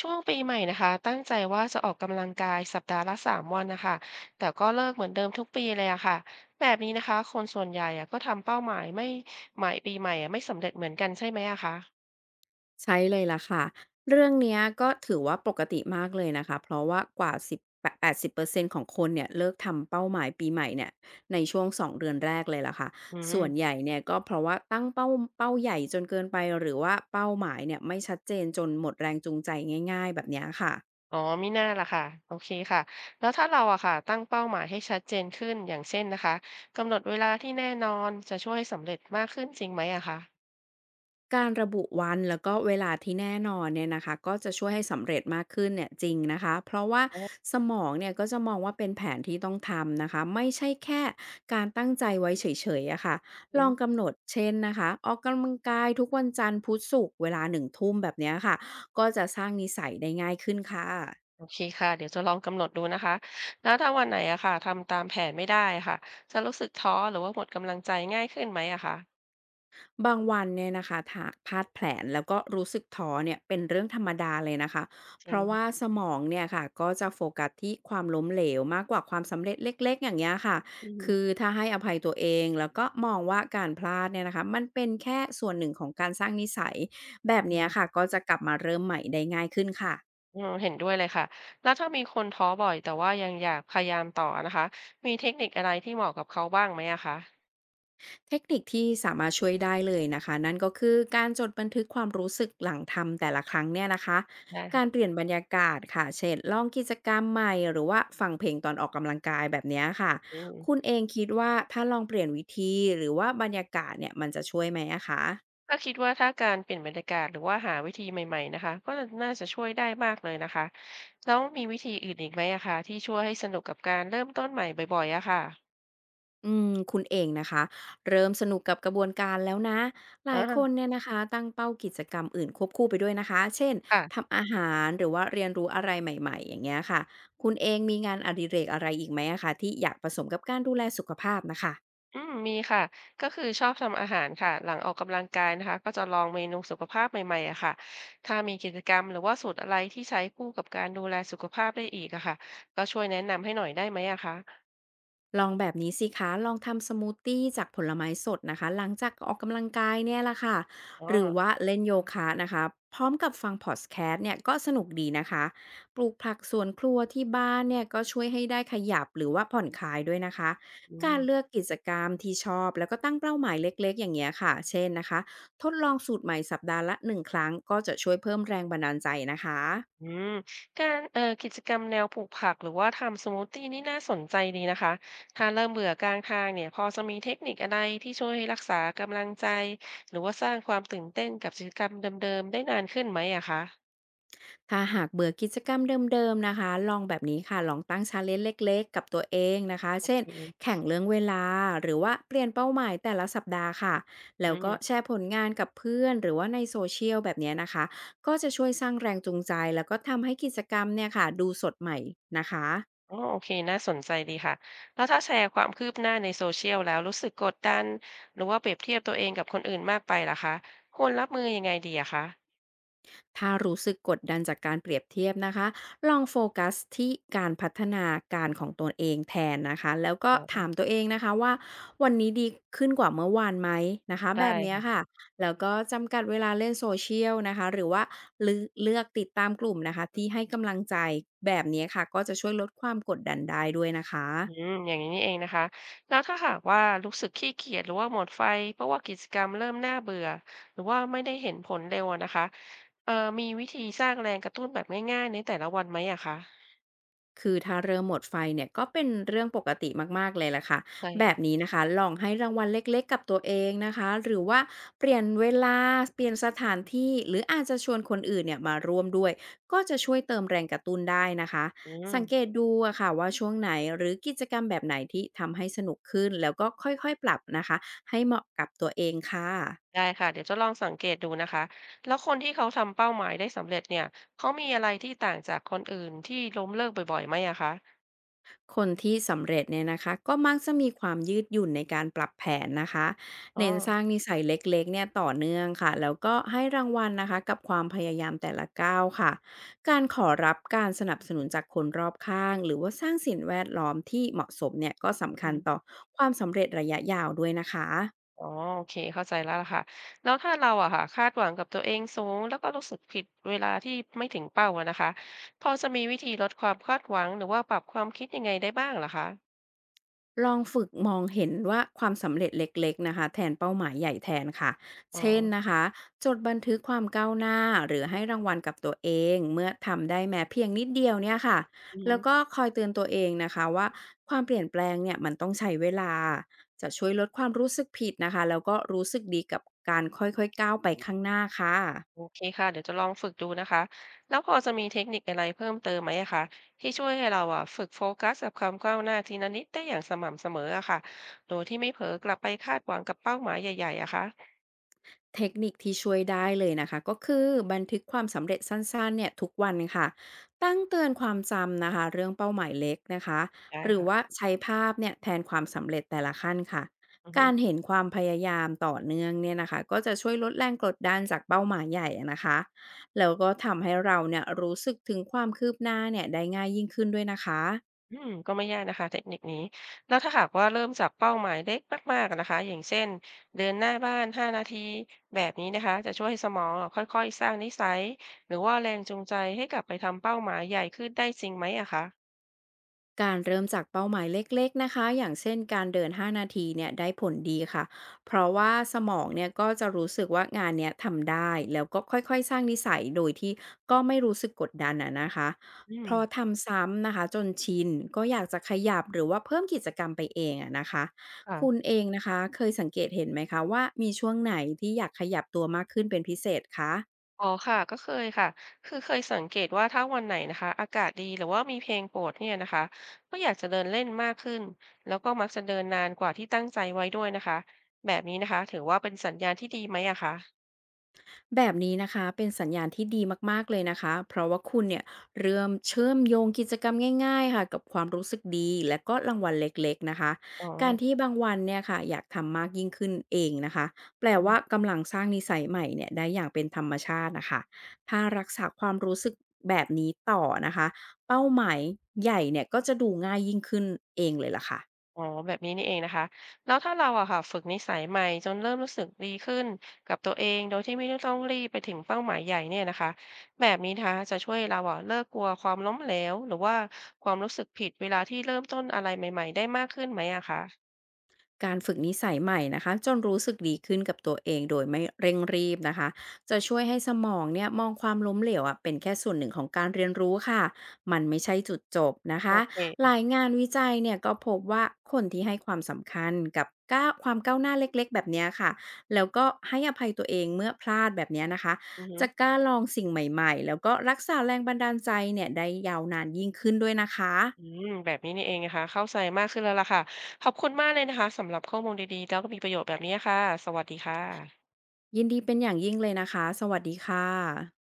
ช่วงปีใหม่นะคะตั้งใจว่าจะออกกำลังกายสัปดาห์ละ3 วันนะคะแต่ก็เลิกเหมือนเดิมทุกปีเลยอะค่ะแบบนี้นะคะคนส่วนใหญ่อะก็ทำเป้าหมายไม่หมายปีใหม่อะไม่สำเร็จเหมือนกันใช่ไหมอะคะใช่เลยล่ะค่ะเรื่องเนี้ยก็ถือว่าปกติมากเลยนะคะเพราะว่ากว่าแปดสิบเปอร์เซ็น80%ของคนเนี่ยเลิกทำเป้าหมายปีใหม่เนี่ยในช่วง2 เดือนแรกเลยล่ะค่ะอืส่วนใหมญ่เนี่ยก็เพราะว่าตั้งเป้าใหญ่จนเกินไปหรือว่าเป้าหมายเนี่ยไม่ชัดเจนจนหมดแรงจูงใจง่ายๆแบบเนี้ยค่ะ อ๋อมิน่าล่ะค่ะโอเคค่ะแล้วถ้าเราอะค่ะตั้งเป้าหมายให้ชัดเจนขึ้นอย่างเช่นนะคะกำหนดเวลาที่แน่นอนจะช่วยสำเร็จมากขึ้นจริงไหมอะคะการระบุวันแล้วก็เวลาที่แน่นอนเนี่ยนะคะก็จะช่วยให้สำเร็จมากขึ้นเนี่ยจริงนะคะเพราะว่าอ๋สมองเนี่ยก็จะมองว่าเป็นแผนที่ต้องทำนะคะไม่ใช่แค่การตั้งใจไว้เฉยๆอะค่ะลองอ กำหนดเช่นนะคะออกกำลังกายทุกวันจันทร์พุธศุกร์เวลา1 ทุ่มแบบเนี้ยค่ะก็จะสร้างนิสัยได้ง่ายขึ้นค่ะ โอเคค่ะเดี๋ยวจะลองกำหนดดูนะคะแล้วถ้าวันไหนอะค่ะทำตามแผนไม่ได้ค่ะจะรู้สึกท้อหรือว่าหมดกำลังใจง่ายขึ้นไหมอะคะบางวันเนี่ยนะคะถากพลาดแผนแล้วก็รู้สึกท้อเนี่ยเป็นเรื่องธรรมดาเลยนะคะจเพริงราะว่าค่ะสมองเนี่ยค่ะก็จะโฟกัสที่ความล้มเหลวมากกว่าความสำเร็จเล็กๆอย่างเงี้ยค่ะอือฮึคือถ้าให้อภัยตัวเองแล้วก็มองว่าการพลาดเนี่ยนะคะมันเป็นแค่ส่วนหนึ่งของการสร้างนิสัยแบบอืเนี้ยมค่ะก็จะกลับมาเริ่มใหม่ได้ง่ายขึ้นค่ะ อืมเห็นด้วยเลยค่ะแล้วถ้ามีคนท้อบ่อยแต่ว่ายังอยากพยายามต่อนะคะมีเทคนิคอะไรที่เหมาะกับเขาบ้างไหมอะคะเทคนิคที่สามารถช่วยได้เลยนะคะนั่นก็คือการจดบันทึกความรู้สึกหลังทำแต่ละครั้งเนี่ยนะคะได้กาค่ะรเปลี่ยนบรรยากาศค่ะเช่นลองกิจกรรมใหม่หรือว่าฟังเพลงตอนออกกำลังกายแบบเนี้ยค่ะอืมคุณเองคิดว่าถ้าลองเปลี่ยนวิธีหรือว่าบรรยากาศเนี่ยมันจะช่วยไหมอะคะ ก็คิดว่าถ้าการเปลี่ยนบรรยากาศหรือว่าหาวิธีใหม่ๆนะคะก็น่าจะช่วยได้มากเลยนะคะแล้วมีวิธีอื่นอีกไหมอะคะที่ช่วยให้สนุกกับการเริ่มต้นใหม่บ่อยๆอะค่ะอืมคุณเองนะคะเริ่มสนุกกับกระบวนการแล้วนะหลายอาคนเนี่ยนะคะตั้งเป้ากิจกรรมอื่นควบคู่ไปด้วยนะคะเช่นค่ะ ทำอาหารหรือว่าเรียนรู้อะไรใหม่ๆอย่างเงี้ยค่ะคุณเองมีงานอดิเรกอะไรอีกไหมอะคะที่อยากผสมกับการดูแลสุขภาพนะคะ อืมมีค่ะก็คือชอบทำอาหารค่ะหลังออกกำลังกายนะคะก็จะลองเมนูสุขภาพใหม่ๆอะค่ะถ้ามีกิจกรรมหรือว่าสูตรอะไรที่ใช้คู่กับการดูแลสุขภาพได้อีกอะค่ะก็ช่วยแนะนำให้หน่อยได้ไหมอะคะลองแบบนี้สิคะลองทำสมูทตีจากผลไม้สดนะคะหลังจากออกกำลังกายเนี่ยละค่ะอ๋อหรือว่าเล่นโยคะนะคะพร้อมกับฟังพอดแคสต์เนี่ยก็สนุกดีนะคะปลูกผักสวนครัวที่บ้านเนี่ยก็ช่วยให้ได้ขยับหรือว่าผ่อนคลายด้วยนะคะอืการมเลือกกิจกรรมที่ชอบแล้วก็ตั้งเป้าหมายเล็กๆอย่างเงี้ยค่ะเช่นนะคะทดลองสูตรใหม่สัปดาห์ละ1 ครั้งก็จะช่วยเพิ่มแรงบันดาลใจนะคะ อืมการกิจกรรมแนวปลูกผักหรือว่าทำสมูทตี้นี่น่าสนใจดีนะคะถ้าเริ่มเบื่อกลางทางเนี่ยพอจะมีเทคนิคอะไรที่ช่วยให้รักษากำลังใจหรือว่าสร้างความตื่นเต้นกับกิจกรรมเดิมๆได้นานขึ้นไหมอะคะค่ะหากเบื่อกิจกรรมเดิมๆนะคะลองแบบนี้ค่ะลองตั้งชาเลนจ์เล็กๆกับตัวเองนะคะโอเช่เคน แข่งเรื่องเวลา หรือว่าเปลี่ยนเป้าหมายแต่ละสัปดาห์ค่ะแล้อืวม ก็แชร์ผลงานกับเพื่อนหรือว่าในโซเชียลแบบเนี้ยนะคะก็จะช่วยสร้างแรงจูงใจแล้วก็ทำให้กิจกรรมเนี่ยค่ะดูสดใหม่นะคะ อ๋อโอเค น่าสนใจดีค่ะ แล้วถ้าแชร์ความคืบหน้าในโซเชียลแล้วรู้สึกกดดันหรือว่าเปรียบเทียบตัวเองกับคนอื่นมากไปล่ะคะควรรับมือยังไงดีอะคะถ้ารู้สึกกดดันจากการเปรียบเทียบนะคะลองโฟกัสที่การพัฒนาการของตัวเองแทนนะคะแล้วก็อ๋อถามตัวเองนะคะว่าวันนี้ดีขึ้นกว่าเมื่อวานไหมนะคะแบได้บเนี้ยค่ะค่ะแล้วก็จำกัดเวลาเล่นโซเชียลนะคะหรือว่าเลืเลือกติดตามกลุ่มนะคะที่ให้กำลังใจแบบนี้ค่ะก็จะช่วยลดความกดดันได้ด้วยนะคะ อืมอย่างนี้นี่เองนะคะ แล้วถ้าหากว่ารู้สึกขี้เกียจหรือว่าหมดไฟเพราะว่ากิจกรรมเริ่มน่าเบื่อหรือว่าไม่ได้เห็นผลเร็วอะนะคะเอ่อมีวิธีสร้างแรงกระตุ้นแบบง่ายๆในแต่ละวันไหมอะคะคือถ้าเริ่มหมดไฟเนี่ยก็เป็นเรื่องปกติมากๆเลยแหละค่ะใช่แบบค่ะนี้นะคะลองให้รางวัลเล็กๆกับตัวเองนะคะหรือว่าเปลี่ยนเวลาเปลี่ยนสถานที่หรืออาจจะชวนคนอื่นเนี่ยมาร่วมด้วยก็จะช่วยเติมแรงกระตุ้นได้นะคะอืม สังเกตดูอะค่ะว่าช่วงไหนหรือกิจกรรมแบบไหนที่ทำให้สนุกขึ้นแล้วก็ค่อยๆปรับนะคะให้เหมาะกับตัวเองค่ะ ได้ค่ะเดี๋ยวจะลองสังเกตดูนะคะแล้วคนที่เขาทำเป้าหมายได้สำเร็จเนี่ยเขามีอะไรที่ต่างจากคนอื่นที่ล้มเลิกบ่อยๆไหมอะคะคนที่สำเร็จเนี่ยนะคะก็มักจะมีความยืดหยุ่นในการปรับแผนนะคะอ๋อเน้นสร้างนิสัยเล็กๆเนี่ยต่อเนื่องค่ะแล้วก็ให้รางวัลนะคะกับความพยายามแต่ละก้าวค่ะการขอรับการสนับสนุนจากคนรอบข้างหรือว่าสร้างสิ่งแวดล้อมที่เหมาะสมเนี่ยก็สำอืคัญอต่อความสำเร็จระยะยาวด้วยนะคะ อ๋อโอเคเข้าใจแล้วล่ะค่ะแล้วถ้าเราอะค่ะคาดหวังกับตัวเองสูงแล้วก็รู้สึกผิดเวลาที่ไม่ถึงเป้าอะนะคะพอจะมีวิธีลดความคาดหวังหรือว่าปรับความคิดยังไงได้บ้างเหรอคะลองฝึกมองเห็นว่าความสำเร็จเล็กๆนะคะแทนเป้าหมายใหญ่แทนค่ะอ๋อเช่นนะคะจดบันทึกความก้าวหน้าหรือให้รางวัลกับตัวเองเมื่อทำได้แม้เพียงนิดเดียวเนี่ยค่ะอืแล้ม วก็คอยเตือนตัวเองนะคะว่าความเปลี่ยนแปลงเนี่ยมันต้องใช้เวลาจะช่วยลดความรู้สึกผิดนะคะแล้วก็รู้สึกดีกับการค่อยๆก้าวไปข้างหน้าค่ะ โอเคค่ะเดี๋ยวจะลองฝึกดูนะคะแล้วพอจะมีเทคนิคอะไรเพิ่มเติมไหมอะคะที่ช่วยให้เราอะฝึกโฟกัสกับความก้าวหน้าทีละนิดได้อย่างสม่ำเสมออะค่ะโดยที่ไม่เผลอกลับไปคาดหวังกับเป้าหมายใหญ่ๆอะคะเทคนิคที่ช่วยได้เลยนะคะก็คือบันทึกความสำเร็จสั้นๆเนี่ยทุกวันค่ะตั้งเตือนความจำนะคะเรื่องเป้าหมายเล็กนะคะได้หรือค่ะว่าใช้ภาพเนี่ยแทนความสำเร็จแต่ละขั้นค่ะอือฮึการเห็นความพยายามต่อเนื่องเนี่ยนะคะก็จะช่วยลดแรงกดดันจากเป้าหมายใหญ่อะนะคะแล้วก็ทำให้เราเนี่ยรู้สึกถึงความคืบหน้าเนี่ยได้ง่ายยิ่งขึ้นด้วยนะคะ อืมก็ไม่ยากนะคะเทคนิคนี้แล้วถ้าหากว่าเริ่มจากเป้าหมายเล็กมากๆอะนะคะอย่างเช่นเดินหน้าบ้าน5 นาทีแบบนี้นะคะจะช่วยให้สมองอะค่อยๆสร้างนิสัยหรือว่าแรงจูงใจให้กลับไปทำเป้าหมายใหญ่ขึ้นได้จริงไหมอะคะการเริ่มจากเป้าหมายเล็กๆนะคะอย่างเช่นการเดิน 5 นาทีเนี่ยได้ผลดีค่ะเพราะว่าสมองเนี่ยก็จะรู้สึกว่างานเนี้ยทำได้แล้วก็ค่อยๆสร้างนิสัยโดยที่ก็ไม่รู้สึกกดดันอะนะคะอืพมอทำซ้ำนะคะจนชินก็อยากจะขยับหรือว่าเพิ่มกิจกรรมไปเองอะนะคะค่ะ คุณเองนะคะเคยสังเกตเห็นไหมคะว่ามีช่วงไหนที่อยากขยับตัวมากขึ้นเป็นพิเศษคะ อ๋อค่ะก็เคยค่ะคือเคยสังเกตว่าถ้าวันไหนนะคะอากาศดีหรือว่ามีเพลงโปรดเนี่ยนะคะก็อยากจะเดินเล่นมากขึ้นแล้วก็มักจะเดินนานกว่าที่ตั้งใจไว้ด้วยนะคะแบบนี้นะคะถือว่าเป็นสัญญาณที่ดีไหมอะคะแบบนี้นะคะเป็นสัญญาณที่ดีมากๆเลยนะคะเพราะว่าคุณเนี่ยเริ่มเชื่อมโยงกิจกรรมง่ายๆค่ะกับความรู้สึกดีและก็รางวัลเล็กๆนะคะอ๋อ การที่บางวันเนี่ยค่ะอยากทำมากยิ่งขึ้นเองนะคะแปลว่ากำลังสร้างนิสัยใหม่เนี่ยได้อย่างเป็นธรรมชาตินะคะถ้ารักษาความรู้สึกแบบนี้ต่อนะคะเป้าหมายใหญ่เนี่ยก็จะดูง่ายยิ่งขึ้นเองเลยล่ะค่ะ อ๋อแบบนี้นี่เองนะคะแล้วถ้าเราอะค่ะฝึกนิสัยใหม่จนเริ่มรู้สึกดีขึ้นกับตัวเองโดยที่ไม่ต้องรีบไปถึงเป้าหมายใหญ่เนี่ยนะคะแบบนี้นะคะจะช่วยเราอะเลิกกลัวความล้มเหลวหรือว่าความรู้สึกผิดเวลาที่เริ่มต้นอะไรใหม่ๆได้มากขึ้นไหมอะคะการฝึกนิสัยใหม่นะคะจนรู้สึกดีขึ้นกับตัวเองโดยไม่เร่งรีบนะคะจะช่วยให้สมองเนี่ยมองความล้มเหลวอะเป็นแค่ส่วนหนึ่งของการเรียนรู้ค่ะมันไม่ใช่จุดจบนะโอคะหลาเคยงานวิจัยเนี่ยก็พบว่าคนที่ให้ความสำคัญกับก้าวความก้าวหน้าเล็กๆแบบเนี้ยค่ะแล้วก็ให้อภัยตัวเองเมื่อพลาดแบบเนี้ยนะคะอือฮึจะกล้าลองสิ่งใหม่ๆแล้วก็รักษาแรงบันดาลใจเนี่ยได้ยาวนานยิ่งขึ้นด้วยนะคะอืมแบบนี้นี่เองนะคะเข้าใจมากขึ้นแล้วล่ะค่ะขอบคุณมากเลยนะคะสำหรับข้อมูลดีๆแล้วก็มีประโยชน์แบบนี้ค่ะสวัสดีค่ะยินดีเป็นอย่างยิ่งเลยนะคะสวัสดีค่ะ